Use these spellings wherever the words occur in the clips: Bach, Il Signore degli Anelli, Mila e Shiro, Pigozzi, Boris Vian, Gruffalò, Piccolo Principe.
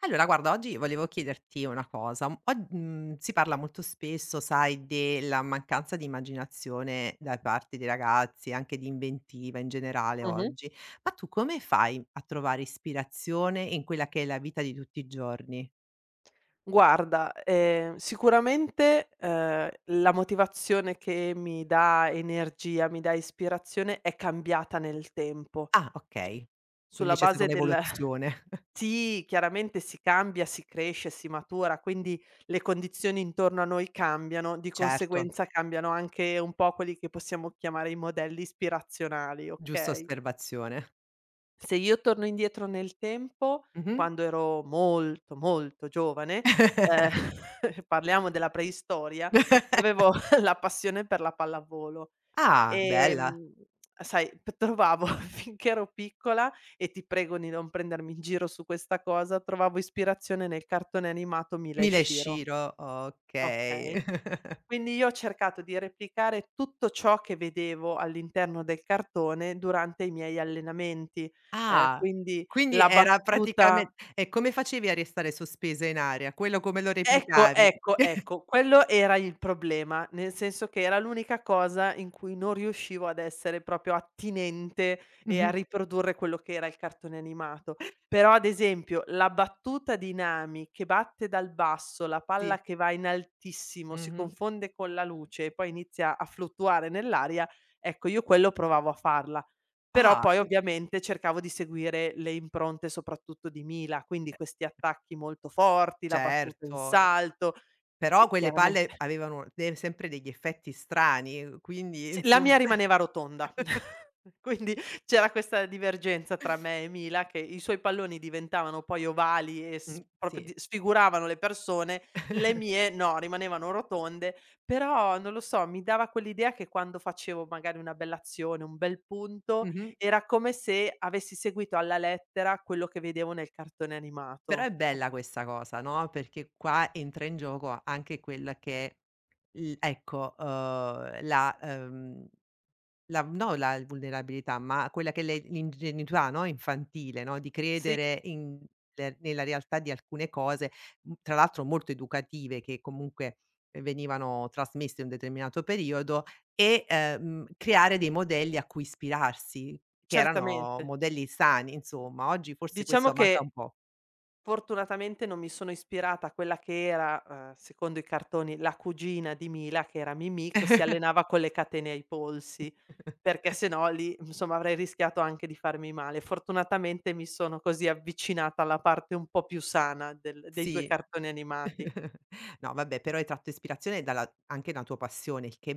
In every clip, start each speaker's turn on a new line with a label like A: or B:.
A: Allora guarda, oggi volevo chiederti una cosa. Si parla molto spesso, sai, della mancanza di immaginazione da parte dei ragazzi, anche di inventiva in generale
B: Mh-mh.
A: oggi. Ma tu come fai a trovare ispirazione in quella che è la vita di tutti i giorni?
B: Guarda, sicuramente, la motivazione che mi dà energia, mi dà ispirazione è cambiata nel tempo.
A: Ah,
B: Su
A: okay. Quindi
B: sulla
A: c'è stata
B: base del
A: un'evoluzione.
B: sì, chiaramente si cambia, si cresce, si matura, quindi le condizioni intorno a noi cambiano, di
A: Certo,
B: conseguenza cambiano anche un po' quelli che possiamo chiamare i modelli ispirazionali,
A: giusta
B: okay?
A: osservazione.
B: Se io torno indietro nel tempo,
A: Mh-mh.
B: quando ero molto, molto giovane, ehm, parliamo della preistoria, io avevo la passione per la pallavolo.
A: Ah, bella.
B: Ehm, sai, p trovavo finché ero piccola, e ti prego di non prendermi in giro su questa cosa, trovavo ispirazione nel cartone animato Mila e
A: Mila e
B: Shiro,
A: Shiro, okay.
B: okay? Quindi io ho cercato di replicare tutto ciò che vedevo all'interno del cartone durante i miei allenamenti,
A: Ah,
B: quindi
A: quindi
B: la
A: era
B: battuta.
A: praticamen e come facevi a restare sospesa in aria? Quello come lo
B: Ecco,
A: replicavi?
B: ecco, ecco, quello era il problema, nel senso che era l'unica cosa in cui non riuscivo ad essere proprio attinente e a
A: Mh-mh,
B: riprodurre quello che era il cartone animato. Però, ad esempio, la battuta di Nami che batte dal basso, la
A: sì,
B: palla che va in altissimo, si
A: mh-mh.
B: confonde con la luce e poi inizia a fluttuare nell'aria, ecco io quello provavo a farla. Però
A: Ah,
B: poi ovviamente cercavo di seguire le impronte soprattutto di Mila, quindi questi attacchi molto forti, la battuta in
A: certo,
B: salto,
A: però
B: che
A: quelle palle
B: chiaramente.
A: avevano de sempre degli effetti strani, quindi
B: Sì, la mia
A: insomma.
B: rimaneva rotonda, quindi c'era questa divergenza tra me e Mila che i suoi palloni diventavano poi ovali e s
A: Mh,
B: proprio
A: sì,
B: di sfiguravano le persone, le mie no, rimanevano rotonde, però non lo so, mi dava quell'idea che quando facevo magari una bell'azione, un bel punto,
A: mh-mh.
B: era come se avessi seguito alla lettera quello che vedevo nel cartone
A: Però
B: animato.
A: è
B: Ok.
A: bella questa cosa, no, perché qua entra in gioco anche quella che è l ecco, la, La no, la vulnerabilità, ma quella che è le l'ingenuità, no, infantile, no, di
B: Sì,
A: credere in le nella realtà di alcune cose, mhmm, tra l'altro molto educative che comunque, venivano trasmesse in un determinato periodo e, creare dei modelli a cui ispirarsi, che erano
B: certamente.
A: modelli sani insomma. Oggi forse
B: Diciamo
A: questo manca
B: che.
A: un po'.
B: Fortunatamente non mi sono ispirata a quella che era, secondo i cartoni, la cugina di Mila, che era Mimì, che si allenava con le catene ai polsi, perché se no lì, insomma, avrei rischiato anche di farmi male. Fortunatamente mi sono così avvicinata alla parte un po' più sana del dei 2
A: Sì.
B: cartoni animati.
A: No vabbè, però hai tratto ispirazione dalla anche da tua passione, il che è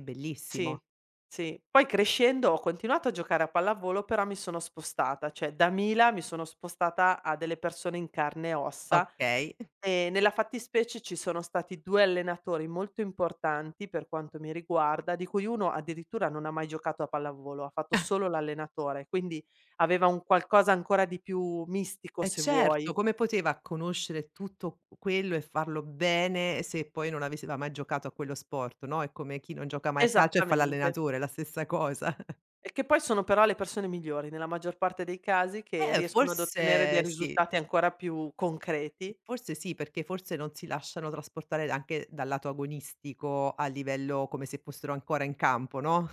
B: Sì,
A: bellissimo.
B: sì. Poi crescendo ho continuato a giocare a pallavolo, però mi sono spostata, cioè da Mila mi sono spostata a delle persone in carne e ossa.
A: Okay.
B: Nella fattispecie ci sono stati 2 allenatori molto importanti per quanto mi riguarda, di cui uno addirittura non ha mai giocato a pallavolo, ha fatto solo l'allenatore, quindi aveva un qualcosa ancora di più mistico
A: Eh
B: se vuoi.
A: certo, come poteva conoscere tutto quello e farlo bene se poi non avesse va mai giocato a quello sport, no? È come chi non gioca mai a calcio e fa
B: Esattamente.
A: l'allenatore, è la stessa cosa.
B: E che poi sono però le persone migliori nella maggior parte dei casi che
A: Eh,
B: riescono ad ottenere dei
A: forse sì,
B: risultati ancora più concreti.
A: forse sì, perché forse non si lasciano trasportare anche dal lato agonistico a livello, come se fossero ancora in campo, no?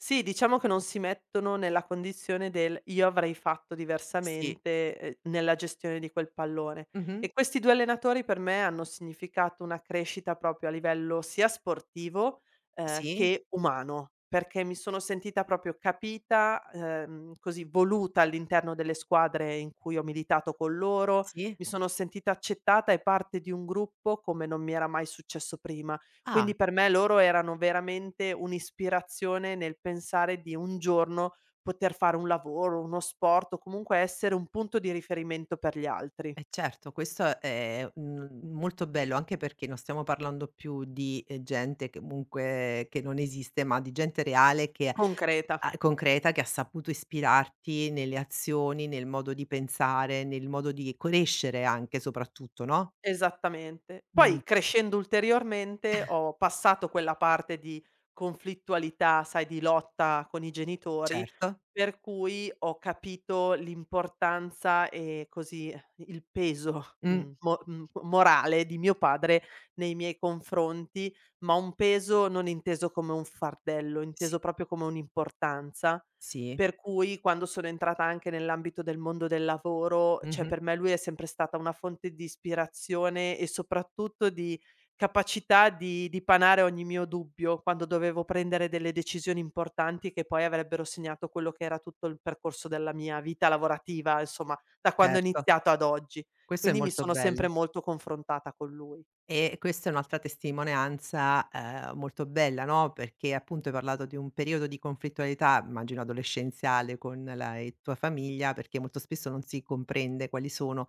B: Sì, diciamo che non si mettono nella condizione del: "Io avrei fatto
A: Sì.
B: diversamente", nella gestione di quel pallone.
A: Mh-mh.
B: E questi 2 allenatori per me hanno significato una crescita proprio a livello sia sportivo,
A: Sì,
B: che umano, perché mi sono sentita proprio capita, così voluta all'interno delle squadre in cui ho militato con loro,
A: sì.
B: mi sono sentita accettata e parte di un gruppo come non mi era mai successo prima. Quindi
A: Ah.
B: per me loro erano veramente un'ispirazione nel pensare di un giorno poter fare un lavoro, uno sport o comunque essere un punto di riferimento per gli altri.
A: Eh certo, questo è, mhmm, molto bello anche perché non stiamo parlando più di, gente che comunque che non esiste, ma di gente reale che
B: Concreta.
A: a concreta, che ha saputo ispirarti nelle azioni, nel modo di pensare, nel modo di crescere anche soprattutto, no?
B: Esattamente.
A: Mh,
B: Poi crescendo ulteriormente ho passato quella parte di conflittualità, sai, di lotta con i genitori,
A: certo.
B: per cui ho capito l'importanza e così il peso,
A: Mh,
B: morale di mio padre nei miei confronti, ma un peso non inteso come un fardello,
A: sì,
B: inteso proprio come un'importanza
A: sì.
B: per cui quando sono entrata anche nell'ambito del mondo del lavoro, cioè
A: Mh-mh,
B: per me lui è sempre stata una fonte di ispirazione e soprattutto di capacità di dipanare ogni mio dubbio quando dovevo prendere delle decisioni importanti che poi avrebbero segnato quello che era tutto il percorso della mia vita lavorativa, insomma, da quando ho
A: certo.
B: iniziato ad oggi.
A: Questo è
B: Quindi mi
A: molto
B: sono sempre
A: bello.
B: molto confrontata con lui.
A: E questa è un'altra testimonianza, molto bella, no, perché appunto hai parlato di un periodo di conflittualità, immagino adolescenziale, con la tua famiglia, perché molto spesso non si comprende quali sono,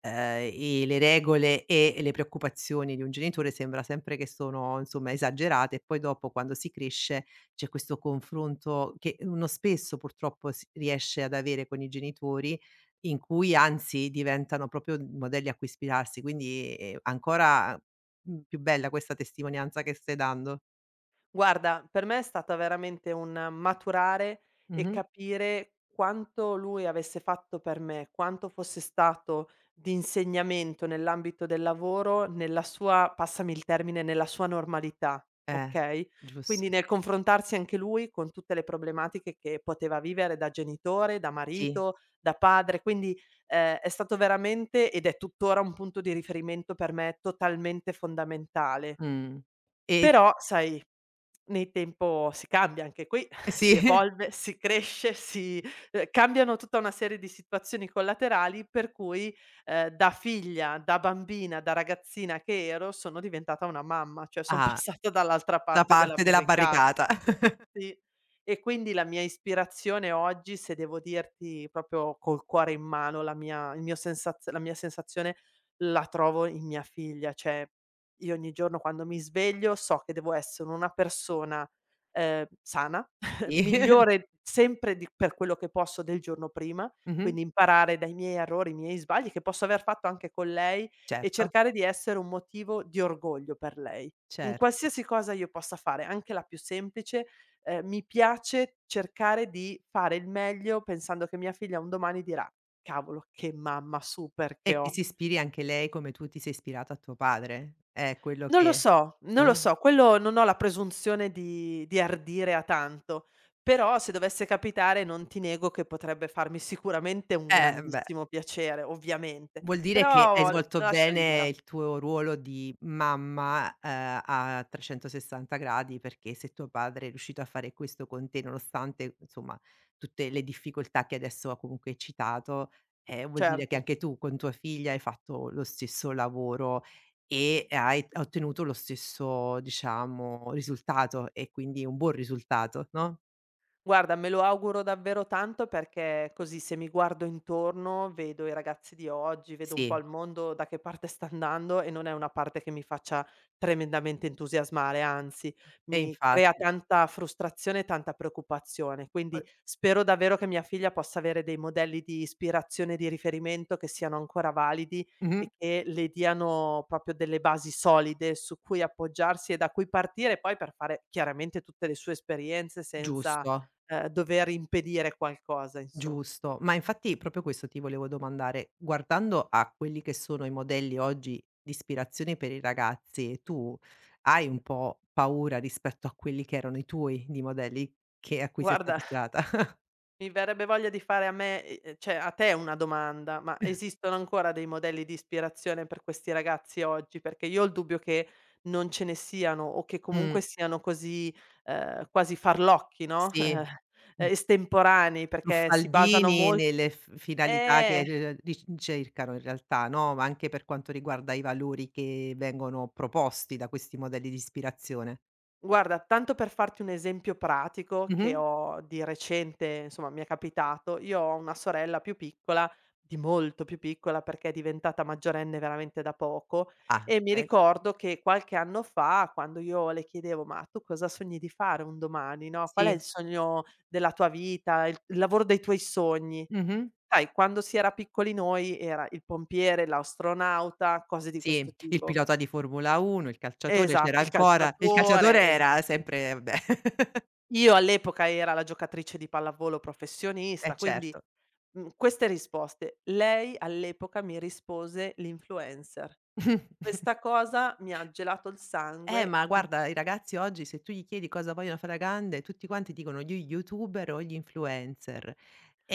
A: i le regole e le preoccupazioni di un genitore, sembra sempre che sono, insomma, esagerate, e poi dopo quando si cresce c'è questo confronto che uno spesso purtroppo si riesce ad avere con i genitori, in cui anzi diventano proprio modelli a cui ispirarsi, quindi, ancora, mhmm, più bella questa testimonianza che stai dando.
B: Guarda, per me è stata veramente un maturare e
A: Mh-mh.
B: capire quanto lui avesse fatto per me, quanto fosse stato di insegnamento nell'ambito del lavoro, nella sua passami il termine, nella sua normalità,
A: Eh,
B: okay, quindi
A: giusto.
B: nel confrontarsi anche lui con tutte le problematiche che poteva vivere da genitore, da
A: Sì.
B: marito, da padre, quindi, è stato veramente ed è tuttora un punto di riferimento per me totalmente fondamentale.
A: Mh. E
B: Però sai nel tempo si cambia anche qui, si
A: sì.
B: evolve, si cresce, cambiano tutta una serie di situazioni collaterali per cui, da figlia, da bambina, da ragazzina che ero, sono diventata una mamma, cioè son
A: Ah,
B: passata dall'altra
A: da
B: parte della
A: parte della
B: barricata.
A: barricata.
B: Sì. E quindi la mia ispirazione oggi, se devo dirti proprio col cuore in mano, la mia sensazione la trovo in mia figlia. Cioè, io ogni giorno quando mi sveglio so che devo essere una persona, sana,
A: Sì.
B: migliore sempre di per quello che posso del giorno prima,
A: Mh-mh.
B: quindi imparare dai miei errori, i miei sbagli che posso aver fatto anche con lei e
A: Certo,
B: cercare di essere un motivo di orgoglio per lei. In
A: certo.
B: qualsiasi cosa io possa fare, anche la più semplice, mi piace cercare di fare il meglio pensando che mia figlia un domani dirà: "Cavolo che mamma super che
A: E che
B: ho".
A: si ispiri anche lei come tu ti sei ispirata a tuo padre. È quello
B: Non lo
A: che
B: so, non lo
A: non
B: so, quello non ho la presunzione di ardire a tanto, però se dovesse capitare non ti nego che potrebbe farmi sicuramente un
A: beh.
B: grandissimo piacere, ovviamente,
A: Vuol dire che hai
B: però la
A: svolto
B: lascio
A: bene
B: libera,
A: il tuo ruolo di mamma, a 360 gradi, perché se tuo padre è riuscito a fare questo con te, nonostante, insomma, tutte le difficoltà che adesso ha comunque hai citato, vuol dire che
B: certo.
A: anche tu con tua figlia hai fatto lo stesso lavoro e hai ottenuto lo stesso, diciamo, risultato, e quindi un buon risultato, no?
B: Guarda, me lo auguro davvero tanto perché così se mi guardo intorno vedo i ragazzi di oggi, vedo un po'
A: Sì,
B: il mondo da che parte sta andando e non è una parte che mi faccia tremendamente entusiasmare, anzi
A: e
B: mi crea
A: infatti.
B: tanta frustrazione e tanta preoccupazione. Quindi
A: Poi
B: spero davvero che mia figlia possa avere dei modelli di ispirazione e di riferimento che siano ancora validi e
A: mh-mh,
B: che le diano proprio delle basi solide su cui appoggiarsi e da cui partire poi per fare chiaramente tutte le sue esperienze senza.
A: giusto.
B: Dover impedire qualcosa, insomma.
A: Giusto, ma infatti proprio questo ti volevo domandare, guardando a quelli che sono i modelli oggi di ispirazione per i ragazzi, tu hai un po' paura rispetto a quelli che erano i tuoi di modelli che a cui sei stata
B: Guarda,
A: ispirata?
B: mi verrebbe voglia di fare a me cioè a te una domanda: ma esistono ancora dei modelli di ispirazione per questi ragazzi oggi? Perché io ho il dubbio che non ce ne siano o che comunque
A: Mh,
B: siano così, quasi farlocchi, no,
A: sì, mh,
B: estemporanei, perché si basano
A: truffaldini
B: mol
A: nelle f finalità
B: eh!
A: che ric cercano in realtà, no, ma anche per quanto riguarda i valori che vengono proposti da questi modelli di ispirazione.
B: Guarda, tanto per farti un esempio pratico che
A: Mh-mh.
B: ho di recente, insomma, mi è capitato, io ho una sorella più piccola, di molto più piccola perché è diventata maggiorenne veramente da poco
A: Ah,
B: e mi
A: okay.
B: ricordo che qualche anno fa, quando io le chiedevo: "Ma tu cosa sogni di fare un domani, no? Qual è il
A: Sì.
B: sogno della tua vita, il lavoro dei tuoi sogni?"
A: Mh-mh.
B: Sai, quando si era piccoli noi era il pompiere, l'astronauta, cose di questo
A: Sì, il
B: tipo.
A: pilota di Formula 1, il calciatore,
B: Esatto,
A: c'era
B: il
A: ancora il calciatore,
B: calciatore. Esa
A: era sempre vabbè.
B: Io all'epoca era la giocatrice di pallavolo
A: Eh
B: professionista, quindi,
A: certo.
B: queste risposte. Lei all'epoca mi rispose l'influencer. Questa cosa mi ha gelato il sangue.
A: Ma
B: In
A: guarda, i ragazzi oggi se tu gli chiedi cosa vogliono fare da grande, tutti quanti dicono gli youtuber o gli influencer.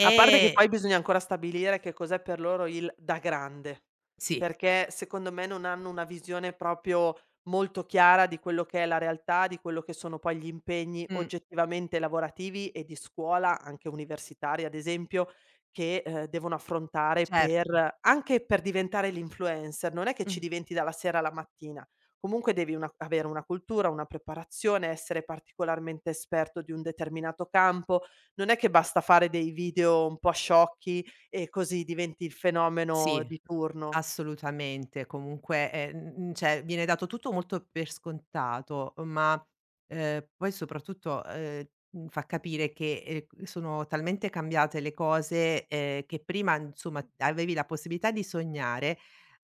B: A parte che poi bisogna ancora stabilire che cos'è per loro il "da grande",
A: sì,
B: perché secondo me non hanno una visione proprio molto chiara di quello che è la realtà, di quello che sono poi gli impegni
A: mh,
B: oggettivamente lavorativi e di scuola, anche universitari ad esempio, che, devono affrontare
A: certo.
B: per anche per diventare l'influencer. Non è che
A: Mh.
B: ci diventi dalla sera alla mattina, comunque devi una avere una cultura, una preparazione, essere particolarmente esperto di un determinato campo, non è che basta fare dei video un po' sciocchi e così diventi il fenomeno
A: Sì,
B: di turno.
A: assolutamente. Comunque, cioè viene dato tutto molto per scontato, ma, poi soprattutto, fa capire che, c sono talmente cambiate le cose, che prima insomma avevi la possibilità di sognare,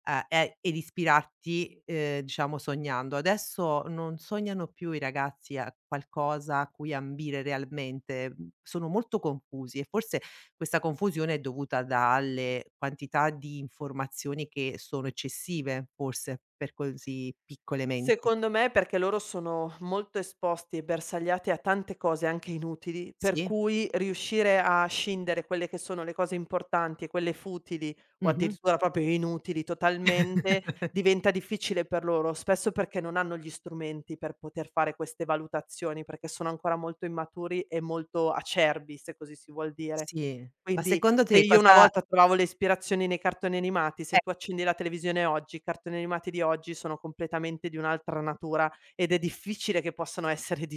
A: a e ed ispirarti, diciamo sognando. Adesso non sognano più i ragazzi a qualcosa a cui ambire realmente, mhmm, sono molto confusi e forse questa confusione è dovuta dalle quantità di informazioni che sono eccessive, forse, per così piccole menti.
B: Secondo me perché loro sono molto esposti e bersagliati a tante cose anche inutili, per
A: Sì.
B: cui riuscire a scindere quelle che sono le cose importanti e quelle futili o
A: Mh-mh.
B: addirittura proprio inutili totalmente, diventa difficile per loro, spesso perché non hanno gli strumenti per poter fare queste valutazioni, perché sono ancora molto immaturi e molto acerbi, se così si vuol dire.
A: Sì. Ma
B: Quindi.
A: secondo
B: Se
A: te
B: io una
A: cosa
B: volta trovavo le ispirazioni nei cartoni animati, se
A: eh,
B: tu accendi la televisione oggi, i cartoni animati di oggi sono completamente di un'altra natura ed è difficile che possano essere di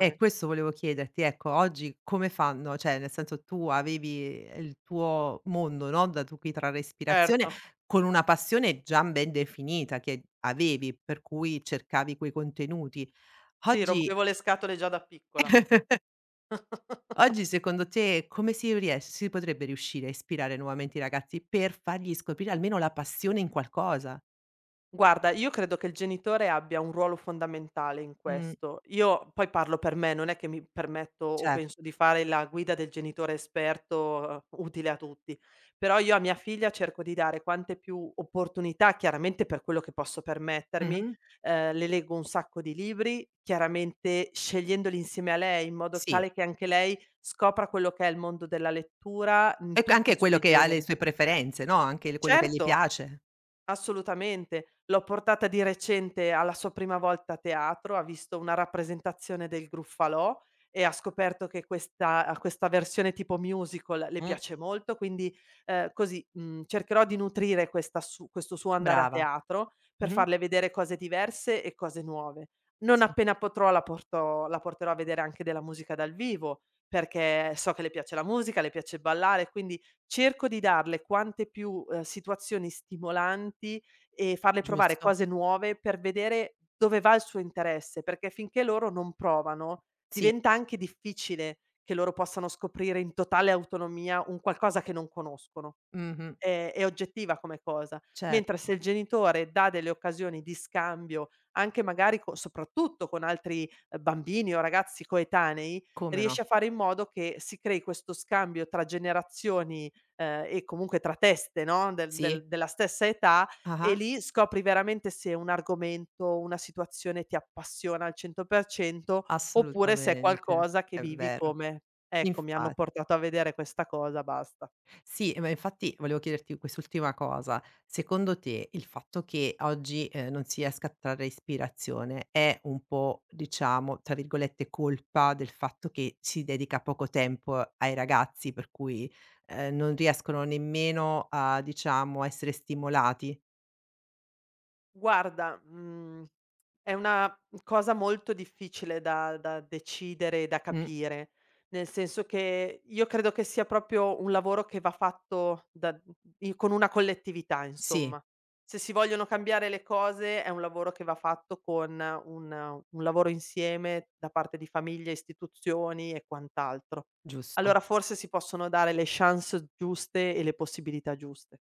A: questo volevo chiederti, ecco, oggi come fanno? Cioè, nel senso, tu avevi il tuo mondo, no, da tu cui trarre
B: Certo,
A: ispirazione, con una passione già ben definita che avevi, per cui cercavi quei contenuti.
B: sì,
A: Oggi
B: rompevo le scatole già da piccola.
A: Oggi secondo te come si potrebbe riuscire a ispirare nuovamente i ragazzi per fargli scoprire almeno la passione in qualcosa?
B: Guarda, io credo che il genitore abbia un ruolo fondamentale in
A: Mh,
B: questo. Io poi parlo per me, non è che mi permetto o
A: cer
B: penso di fare la guida del genitore esperto, utile a tutti. Però io a mia figlia cerco di dare quante più opportunità, chiaramente per quello che posso permettermi.
A: mh-mh,
B: Le leggo un sacco di libri, chiaramente scegliendoli insieme a lei, in modo
A: sì.
B: tale che anche lei scopra quello che è il mondo della lettura in
A: E c
B: tutti i
A: anche quello
B: suoi
A: che ha
B: generi.
A: le sue preferenze, no, anche quello che gli
B: Certo.
A: piace.
B: Assolutamente. L'ho portata di recente alla sua prima volta a teatro, ha visto una rappresentazione del Gruffalò e ha scoperto che questa a questa versione tipo musical le
A: Mh,
B: piace molto, quindi, così, cercherò di nutrire questa su questo suo andare a
A: brava.
B: teatro per
A: Mh-mh,
B: farle vedere cose diverse e cose nuove. Non
A: sì,
B: appena potrò la porterò a vedere anche della musica dal vivo, perché so che le piace la musica, le piace ballare, quindi cerco di darle quante più, situazioni stimolanti e farle provare
A: giusto.
B: cose nuove per vedere dove va il suo interesse, perché finché loro non provano,
A: Sì,
B: diventa anche difficile che loro possano scoprire in totale autonomia un qualcosa che non conoscono
A: mh-mh,
B: è oggettiva come cosa. Mentre se
A: certo.
B: il genitore dà delle occasioni di scambio, anche magari co soprattutto con altri, bambini o ragazzi coetanei,
A: Come no.
B: riesce a fare in modo che si crei questo scambio tra generazioni, e comunque tra teste, no, del
A: Sì.
B: del della stessa età e
A: Ah-ah,
B: lì scopri veramente se un argomento, una situazione ti appassiona al 100% oppure se è
A: assolutamente.
B: qualcosa che
A: È
B: vivi
A: vero.
B: come: "Ecco, mi hanno
A: Infa
B: portato a vedere questa cosa, basta".
A: Sì, ma infatti volevo chiederti quest'ultima cosa. Secondo te il fatto che oggi, non si riesca a trarre ispirazione è un po', diciamo, tra virgolette, "colpa" del fatto che si dedica poco tempo ai ragazzi, per cui, non riescono nemmeno a, diciamo, a essere stimolati?
B: Guarda, è una cosa molto difficile da decidere e da
A: Mh,
B: capire, nel senso che io credo che sia proprio un lavoro che va fatto da i con una collettività,
A: sì,
B: insomma. Se si vogliono cambiare le cose è un lavoro che va fatto con un lavoro insieme da parte di famiglie, istituzioni e quant'altro.
A: giusto,
B: Allora forse si possono dare le chance giuste e le possibilità giuste.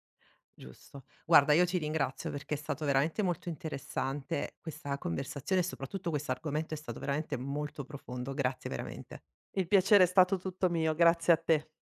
A: giusto. Guarda, io ti ringrazio perché è stato veramente molto interessante questa conversazione e soprattutto questo argomento è stato veramente molto profondo. Grazie veramente.
B: Il piacere è stato tutto mio, grazie a te.